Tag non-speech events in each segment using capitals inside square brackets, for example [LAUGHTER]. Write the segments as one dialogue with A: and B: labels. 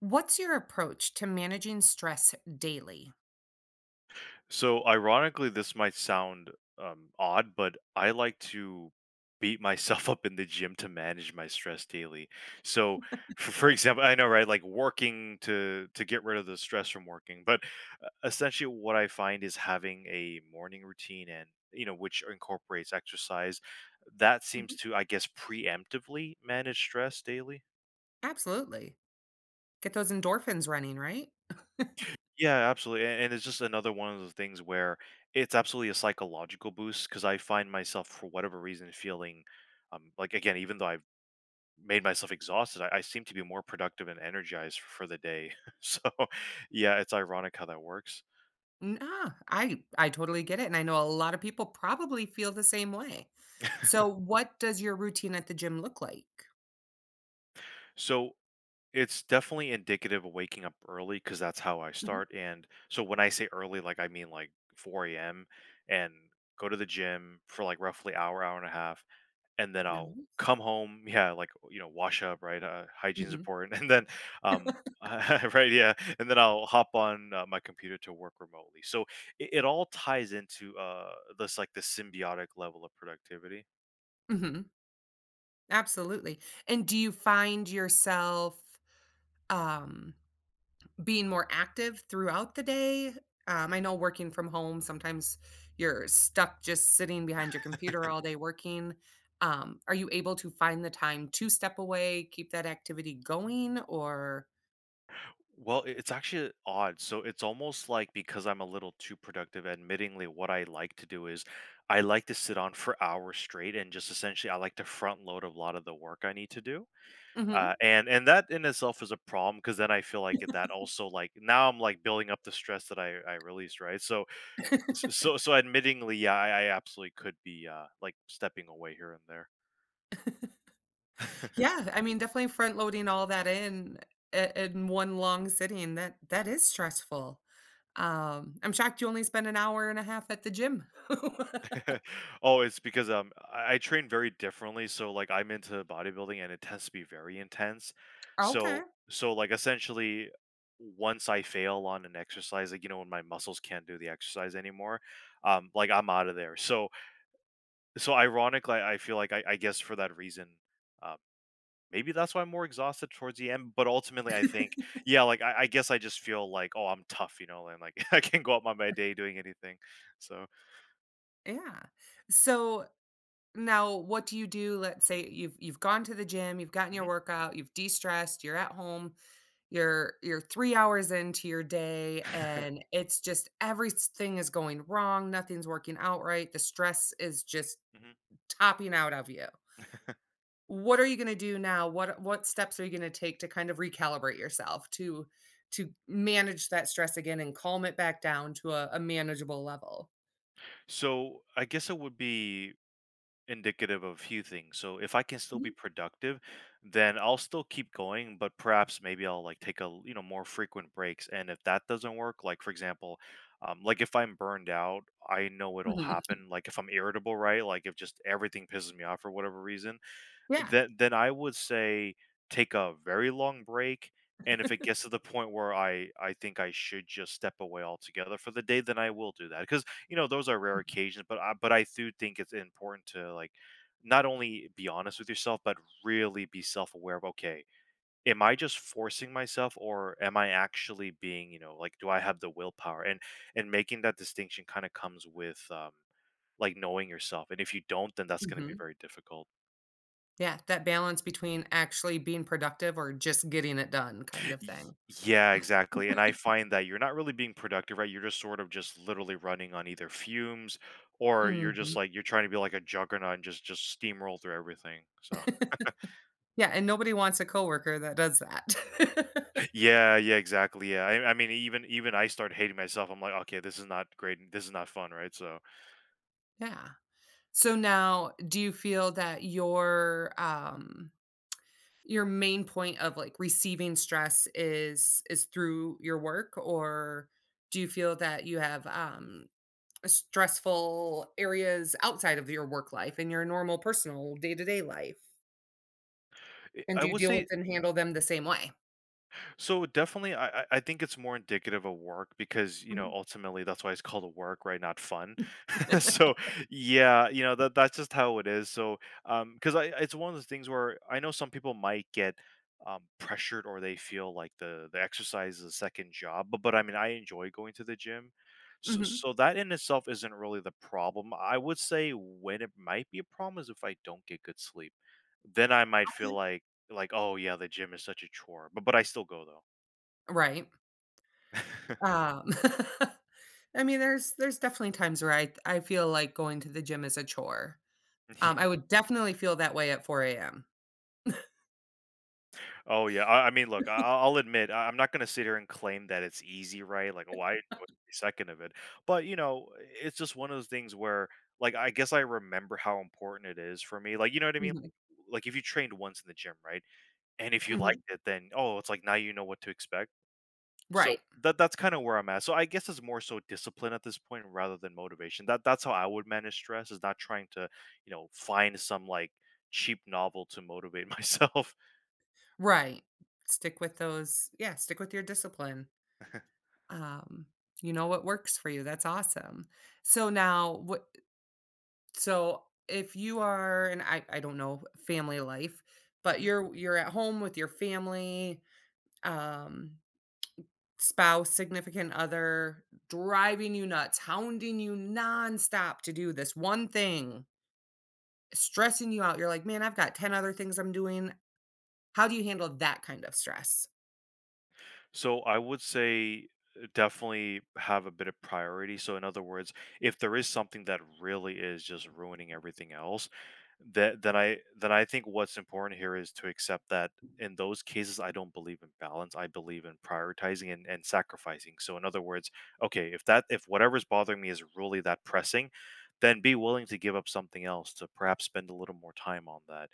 A: What's your approach to managing stress daily?
B: So ironically, this might sound odd, but I like to beat myself [LAUGHS] up in the gym to manage my stress daily. So, for example, I know, right, like working to get rid of the stress from working, but essentially what I find is having a morning routine and, you know, which incorporates exercise that seems
A: Mhm.
B: to, I guess, preemptively manage stress daily.
A: Absolutely. Get those endorphins running, right?
B: Yeah, absolutely. And it's just another one of those things where it's absolutely a psychological boost because I find myself, for whatever reason, feeling like, again, even though I've made myself exhausted, I seem to be more productive and energized for the day. [LAUGHS] So, yeah, it's ironic how that works.
A: Nah, I totally get it, and I know a lot of people probably feel the same way. So, what does your routine at the gym look like?
B: So, it's definitely indicative of waking up early because that's how I
A: Mhm.
B: start. And so, when I say early, like, I mean like 4 a.m. and go to the gym for like roughly hour, hour and a half, and then I'll
A: Nice.
B: come home. Yeah, like, you know, wash up, right? Hygiene's
A: Mhm.
B: important. [LAUGHS] And then, um, [LAUGHS] right, yeah, and then I'll hop on my computer to work remotely. So it all ties into this, like, the symbiotic level of productivity.
A: Mhm. Absolutely. And do you find yourself, um being more active throughout the day? I know working from home, sometimes you're stuck just sitting behind your computer all day working. Are you able to find the time to step away, keep that activity going, or?
B: Well, it's actually odd. So it's almost like, because I'm a little too productive, admittingly, what I like to do is I like to sit on for hours straight and just essentially I like to front load a lot of the work I need to do.
A: Mhm.
B: And that in itself is a problem because then I feel like that also, like, now I'm like building up the stress that I released, right? So so admittingly, yeah, I absolutely could be like stepping away here and there.
A: Yeah, I mean, definitely front loading all that in in one long sitting. That is stressful. I'm shocked you only spend an hour and a half at the gym. [LAUGHS]
B: [LAUGHS] Oh, it's because I train very differently, so like I'm into bodybuilding and it tends to be very intense.
A: Okay.
B: So like essentially, once I fail on an exercise, like, you know, when my muscles can't do the exercise anymore, like, I'm out of there. So So, ironically, I feel like I guess, for that reason, um, maybe that's why I'm more exhausted towards the end, but ultimately, I think, yeah, like, I guess I just feel like, "Oh, I'm tough," and, like, [LAUGHS] I can't go about my day doing anything, so.
A: Yeah. So now, what do you do? Let's say you've gone to the gym, you've gotten your
B: Mhm.
A: workout, you've de-stressed, you're at home, you're 3 hours into your day
B: [LAUGHS]
A: and it's just everything is going wrong, nothing's working out right, the stress is just
B: Mhm.
A: topping out of you. What are you gonna do now? What steps are you gonna take to kind of recalibrate yourself to manage that stress again and calm it back down to a manageable level?
B: So, I guess it would be indicative of a few things. So if I can still be
A: Mhm.
B: productive, then I'll still keep going, but perhaps maybe I'll like take a, l- you know, more frequent breaks. And if that doesn't work, like, for example, like, if I'm burned out, I know it'll
A: Mhm.
B: happen. Like, if I'm irritable, right? Like, if just everything pisses me off for whatever reason,
A: Yeah.
B: then I would say take a very long break, and if it gets to the point where I think I should just step away altogether for the day, then I will do that. Because, you know, those are rare occasions, but I do think it's important to, like, not only be honest with yourself, but really be self-aware of, "Okay, am I just forcing myself, or am I actually being, you know, like, do I have the willpower?" And making that distinction kinda comes with, like, knowing yourself, and if you don't, then that's gonna be
A: Mhm.
B: very difficult.
A: Yeah, that balance between actually being productive or just getting it done kind of
B: Y
A: thing.
B: yeah, exactly, and I find that you're not really being productive, right? You're just sort of just literally running on either fumes, or you're just,
A: Mhm.
B: like, you're trying to be like a juggernaut and just steamroll through everything, so.
A: Yeah, and nobody wants a coworker that does that. [LAUGHS]
B: [LAUGHS] Yeah, yeah, exactly, yeah, I mean, even I start hating myself. I'm like, "Okay, this is not great, and this is not fun," right? So,
A: Yeah. So now do you feel that your main point of, like, receiving stress is through your work, or do you feel that you have, stressful areas outside of your work life in your normal personal day-to-day life? And
B: I
A: do you
B: would
A: deal with
B: say,
A: and handle them the same way?
B: so, definitely, I think it's more indicative of work because, you know, ultimately, that's why it's called a work, right? Not fun. [LAUGHS]
A: [LAUGHS]
B: So, yeah, you know that that's just how it is, so. Because I it's one of those things where I know some people might get pressured, or they feel like the exercise is a second job. But I mean, I enjoy going to the gym, so
A: Mhm.
B: that in itself isn't really the problem. I would say, when it might be a problem is if I don't get good sleep, then I might feel like oh, yeah, the gym is such a chore, but I still go
A: Right.
B: though.
A: Um, [LAUGHS] I mean, there's definitely times where I feel like going to the gym is a chore.
B: [LAUGHS]
A: I
B: Yeah.
A: would definitely feel that way at 4 AM.
B: Oh, yeah, I mean, look, I'll admit, I'm not gonna sit here and claim that it's easy, right? Like, "Oh, I enjoyed every second of it." But, it's just one of those things where, like, I guess I remember how important it is for me, like, you know what I mean?
A: Mhm,
B: Like, if you trained once in the gym, right? And if you liked
A: mhm.
B: it, then, oh, it's like now you know what to expect. So
A: Right,
B: that's kinda where I'm at. So I guess it's more so discipline at this point rather than motivation. That's how I would manage stress, is not trying to, find some, like, cheap novel to motivate [LAUGHS] myself.
A: right. Stick with those, yeah, stick with your discipline. Um, you know what works for you, that's awesome. So now what, so if you are, and I don't know, family life, but
B: [LAUGHS]
A: you're at home with your family, um spouse, significant other driving you nuts, hounding you nonstop to do this one thing, stressing you out. You're like, man, I've got 10 other things I'm doing. How do you handle that kind of stress?
B: So I would say, definitely have a bit of priority. So in other words, if there is something that really is just ruining everything else, that then I think what's important here is to accept that in those cases I don't believe in balance. I believe in prioritizing and, sacrificing. So, in other words, okay, if that, if whatever's bothering me is really that pressing, then be willing to give up something else to perhaps spend a little more time on that.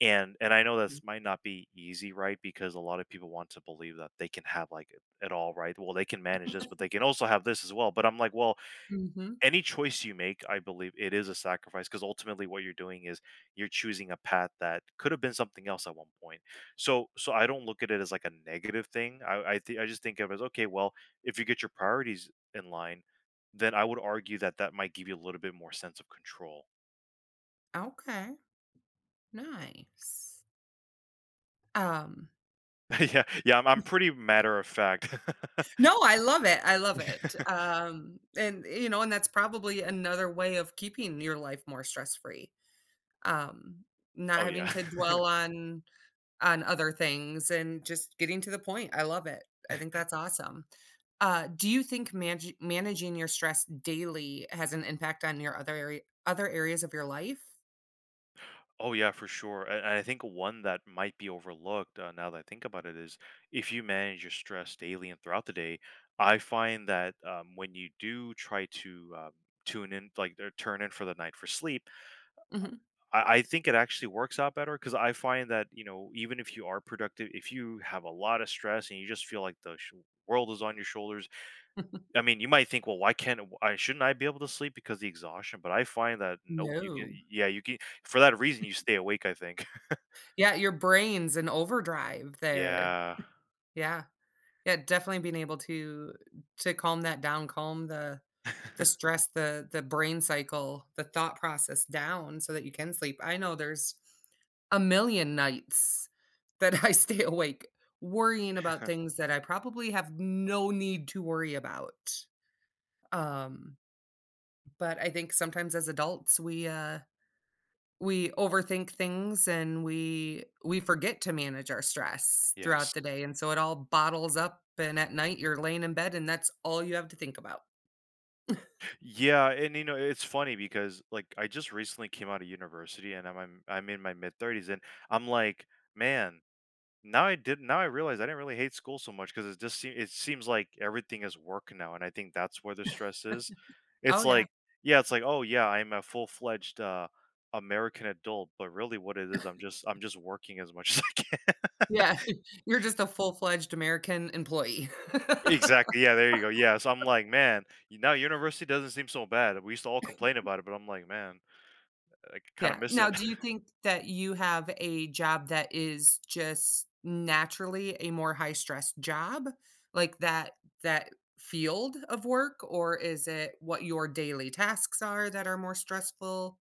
B: And I know this might not be easy, right? Because a lot of people want to believe that they can have, like, it all, right? Well, they can manage this, but they can also have this as well. But I'm like, well,
A: Mhm.
B: any choice you make, I believe, it is a sacrifice, because ultimately what you're doing is you're choosing a path that could have been something else at one point. So I don't look at it as like a negative thing. I just think of it as, okay, well, if you get your priorities in line, then I would argue that that might give you a little bit more sense of control.
A: Okay, nice. Um,
B: [LAUGHS] Yeah, yeah, I'm pretty matter of fact.
A: no, I love it. I love it.
B: [LAUGHS]
A: And you know, and that's probably another way of keeping your life more stress free. Um, not
B: Oh,
A: having
B: yeah.
A: to dwell
B: [LAUGHS]
A: on other things and just getting to the point. I love it. I think that's awesome. Do you think manage managing your stress daily has an impact on your other areas of your life?
B: Oh, yeah, for sure. And I think one that might be overlooked, now that I think about it, is if you manage your stress daily and throughout the day, I find that, when you do try to, tune in, like, or turn in for the night for sleep,
A: Mhm.
B: I think it actually works out better, because I find that, even if you are productive, if you have a lot of stress and you just feel like the world is on your shoulders. I
A: [LAUGHS]
B: mean, you might think, well, why can't I shouldn't I be able to sleep because the exhaustion? But I find that, nope, you can.
A: No.
B: Yeah, you can, for that reason, you stay awake, I think. [LAUGHS]
A: Yeah, your brain's in overdrive there.
B: Yeah.
A: Yeah. Yeah, definitely being able to calm that down, calm the
B: [LAUGHS]
A: stress, the brain cycle, the thought process down so that you can sleep. I know there's a million nights [LAUGHS] that I stay awake worrying about things that I probably have no need to worry about. Um, but I think sometimes as adults, we we overthink things and we forget to manage our stress throughout
B: Yes.
A: the day, and so it all bottles up, and at night, you're laying in bed, and that's all you have to think about. [LAUGHS]
B: Yeah, and, it's funny, because, like, I just recently came out of university, and I'm in my mid 30s, and I'm like, man, now I realize, I didn't really hate school so much, because it seems like everything is work now, and I think that's where the stress is.
A: Oh,
B: It's
A: yeah.
B: like, yeah, it's like, "Oh, yeah, I'm a full-fledged, American adult," but really what it is, I'm just working as much [LAUGHS] as I can.
A: Yeah. [LAUGHS] You're just a full-fledged American employee. [LAUGHS]
B: Exactly, yeah, there you go, yeah, so I'm like, "Man, now university doesn't seem so bad." We used to all complain about it, but I'm like, "Man, I kinda
A: Yeah.
B: miss
A: Now,
B: it."
A: do you think that you have a job that is just naturally a more high stress job? Like that that field of work, or is it what your daily tasks are that are more stressful?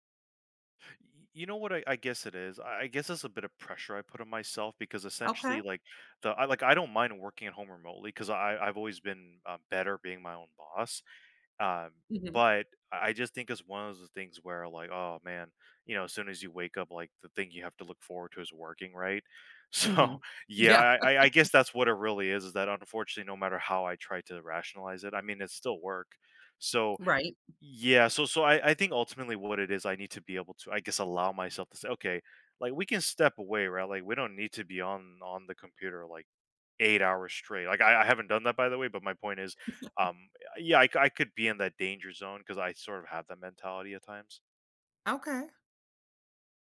B: You know what? I guess it is. I guess it's a bit of pressure I put on myself, because
A: Okay.
B: essentially, like, the I, like, I don't mind working at home remotely, because I've always been, better being my own boss. Um,
A: Mhm.
B: but I just think it's one of those things where, like, oh, man, as soon as you wake up, like, the thing you have to look forward to is working, right? [LAUGHS] So,
A: Mhm.
B: yeah,
A: Yeah.
B: I guess that's what it really is. Is that, unfortunately, no matter how I try to rationalize it, I mean, it's still work. So,
A: Right.
B: yeah, so I think ultimately what it is, I need to be able to, I guess, allow myself to say, okay, like, we can step away, right? Like, we don't need to be on the computer like 8 hours straight. Like, I haven't done that, by the way, but my point is, um, yeah, I could be in that danger zone, because I sort of have that mentality at times.
A: Okay.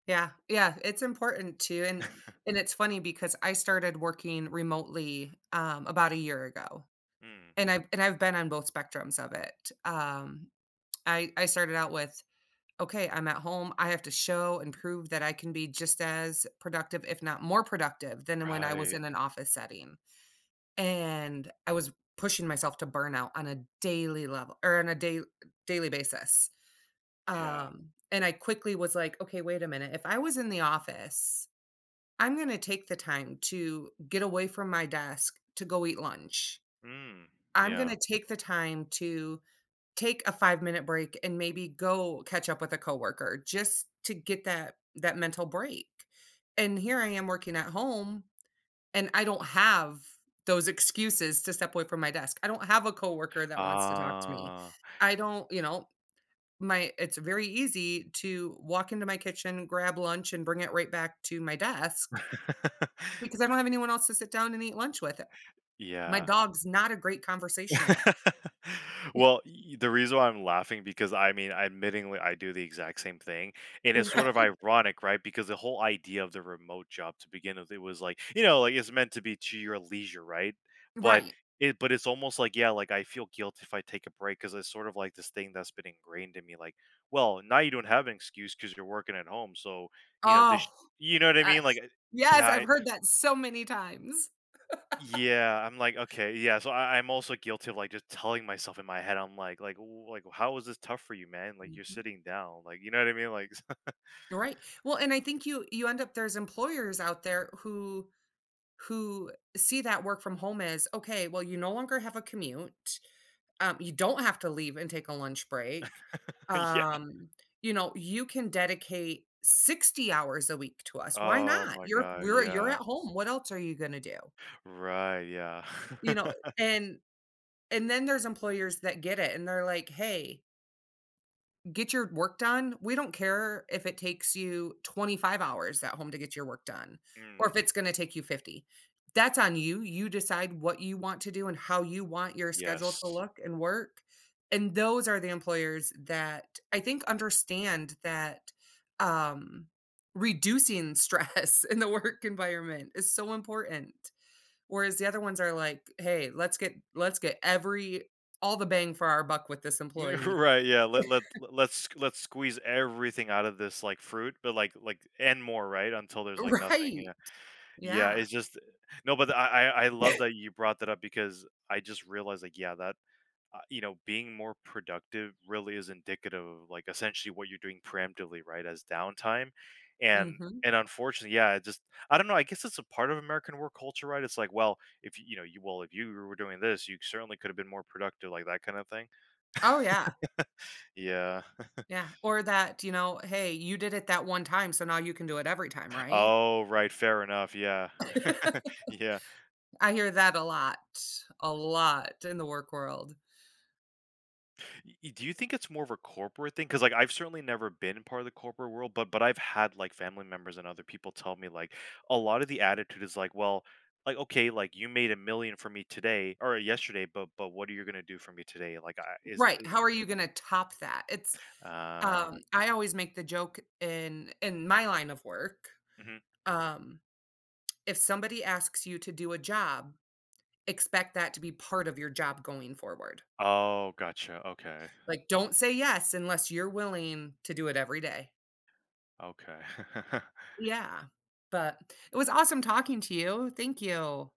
A: Yeah. Yeah, it's important too,
B: [LAUGHS]
A: and it's funny because I started working remotely, about a year ago,
B: Mm,
A: and I've been on both spectrums of it. I started out with okay, I'm at home. I have to show and prove that I can be just as productive, if not more productive, than when I was
B: right.
A: in an office setting. And I was pushing myself to burnout on a daily level or on a day, daily basis.
B: Yeah.
A: And I quickly was like, okay, wait a minute. If I was in the office, I'm going to take the time to get away from my desk to go eat lunch.
B: Mm,
A: I'm going
B: yeah.
A: to take the time to take a 5-minute break and maybe go catch up with a coworker just to get that mental break. And here I am working at home and I don't have those excuses to step away from my desk. I don't have a coworker that wants to talk to me.
B: Ah.
A: I don't, you know, my it's very easy to walk into my kitchen, grab lunch and bring it right back to my desk because I don't have anyone else to sit down and eat lunch with. My
B: Yeah.
A: dog's not a great conversationalist.
B: [LAUGHS] Well, y the reason why I'm laughing, because, I mean, admittingly, I do the exact same thing,
A: [LAUGHS]
B: and it's sort of
A: Right.
B: ironic, right? Because the whole idea of the remote job to begin with, it was like, like, it's meant to be to your leisure, right? But
A: Right.
B: but it's almost like, yeah, like, I feel guilty if I take a break, because it's sort of like this thing that's been ingrained in me, like, "Well, now you don't have an excuse, because 'cause you're working at home, so, you know, this"
A: Oh,
B: you know what I mean? Like,
A: yes. Yes,
B: yeah.
A: I've heard that so many times.
B: Yeah, I'm like, okay, yeah. So I'm also guilty of like just telling myself in my head. I'm like, "Ooh, like, how is this tough for you, man? Like, you're
A: Mhm.
B: sitting down, like, you know what I mean? Like,"
A: Right. Well, and I think you end up, there's employers out there who see that work from home as, "Okay, well, you no longer have a commute, you don't have to leave and take a lunch break,
B: [LAUGHS] yeah.
A: um, you know, you can dedicate 60 hours a week to us, why
B: Oh,
A: not?
B: my God,
A: You're
B: yeah.
A: at home, what else are you gonna do?"
B: Right, yeah.
A: You know,
B: [LAUGHS]
A: and and then there's employers that get it, and they're like, "Hey, get your work done. We don't care if it takes you 25 hours at home to get your work done or
B: Mm,
A: if it's gonna take you 50. That's on you. You decide what you want to do and how you want your schedule to
B: yes.
A: look and work." And those are the employers that I think understand that, um, reducing stress [LAUGHS] in the work environment is so important. Whereas the other ones are like, "Hey, let's get every all the bang for our buck with this
B: [LAUGHS]
A: employee."
B: Right, yeah. Let's squeeze everything out of this, like, fruit, but like, and more, right? Until there's like
A: [LAUGHS]
B: nothing.
A: Right.
B: Yeah, yeah.
A: Yeah.
B: It's just, no, but I love that you brought that up, because I just realized, like, yeah, that, you know, being more productive really is indicative of like essentially what you're doing preemptively, right? As downtime. And
A: Mhm.
B: and unfortunately, yeah, it just, I don't know. I guess it's a part of American work culture, right? It's like, well, if you, you know, you, well, if you were doing this, you certainly could have been more productive, like, that kind of thing.
A: Oh, yeah.
B: Yeah. [LAUGHS]
A: Yeah. Or that, you know, "Hey, you did it that one time, so now you can do it every time," right?
B: Oh, right. Fair enough. Yeah. [LAUGHS]
A: [LAUGHS]
B: Yeah.
A: I hear that a lot in the work world.
B: Y Do you think it's more of a corporate thing? Because, like, I've certainly never been part of the corporate world, but I've had, like, family members and other people tell me, like, a lot of the attitude is like, "Well, like, okay, like, you made 1,000,000 for me today or yesterday, but what are you gonna do for me today?" Like, I is
A: Right,
B: it,
A: how are you gonna top that?
B: uh,
A: I always make the joke in my line of work,
B: mhm.
A: um, if somebody asks you to do a job, expect that to be part of your job going forward.
B: Oh, gotcha, okay,
A: Like, don't say yes unless you're willing to do it every day.
B: okay. [LAUGHS]
A: Yeah, but it was awesome talking to you. Thank you.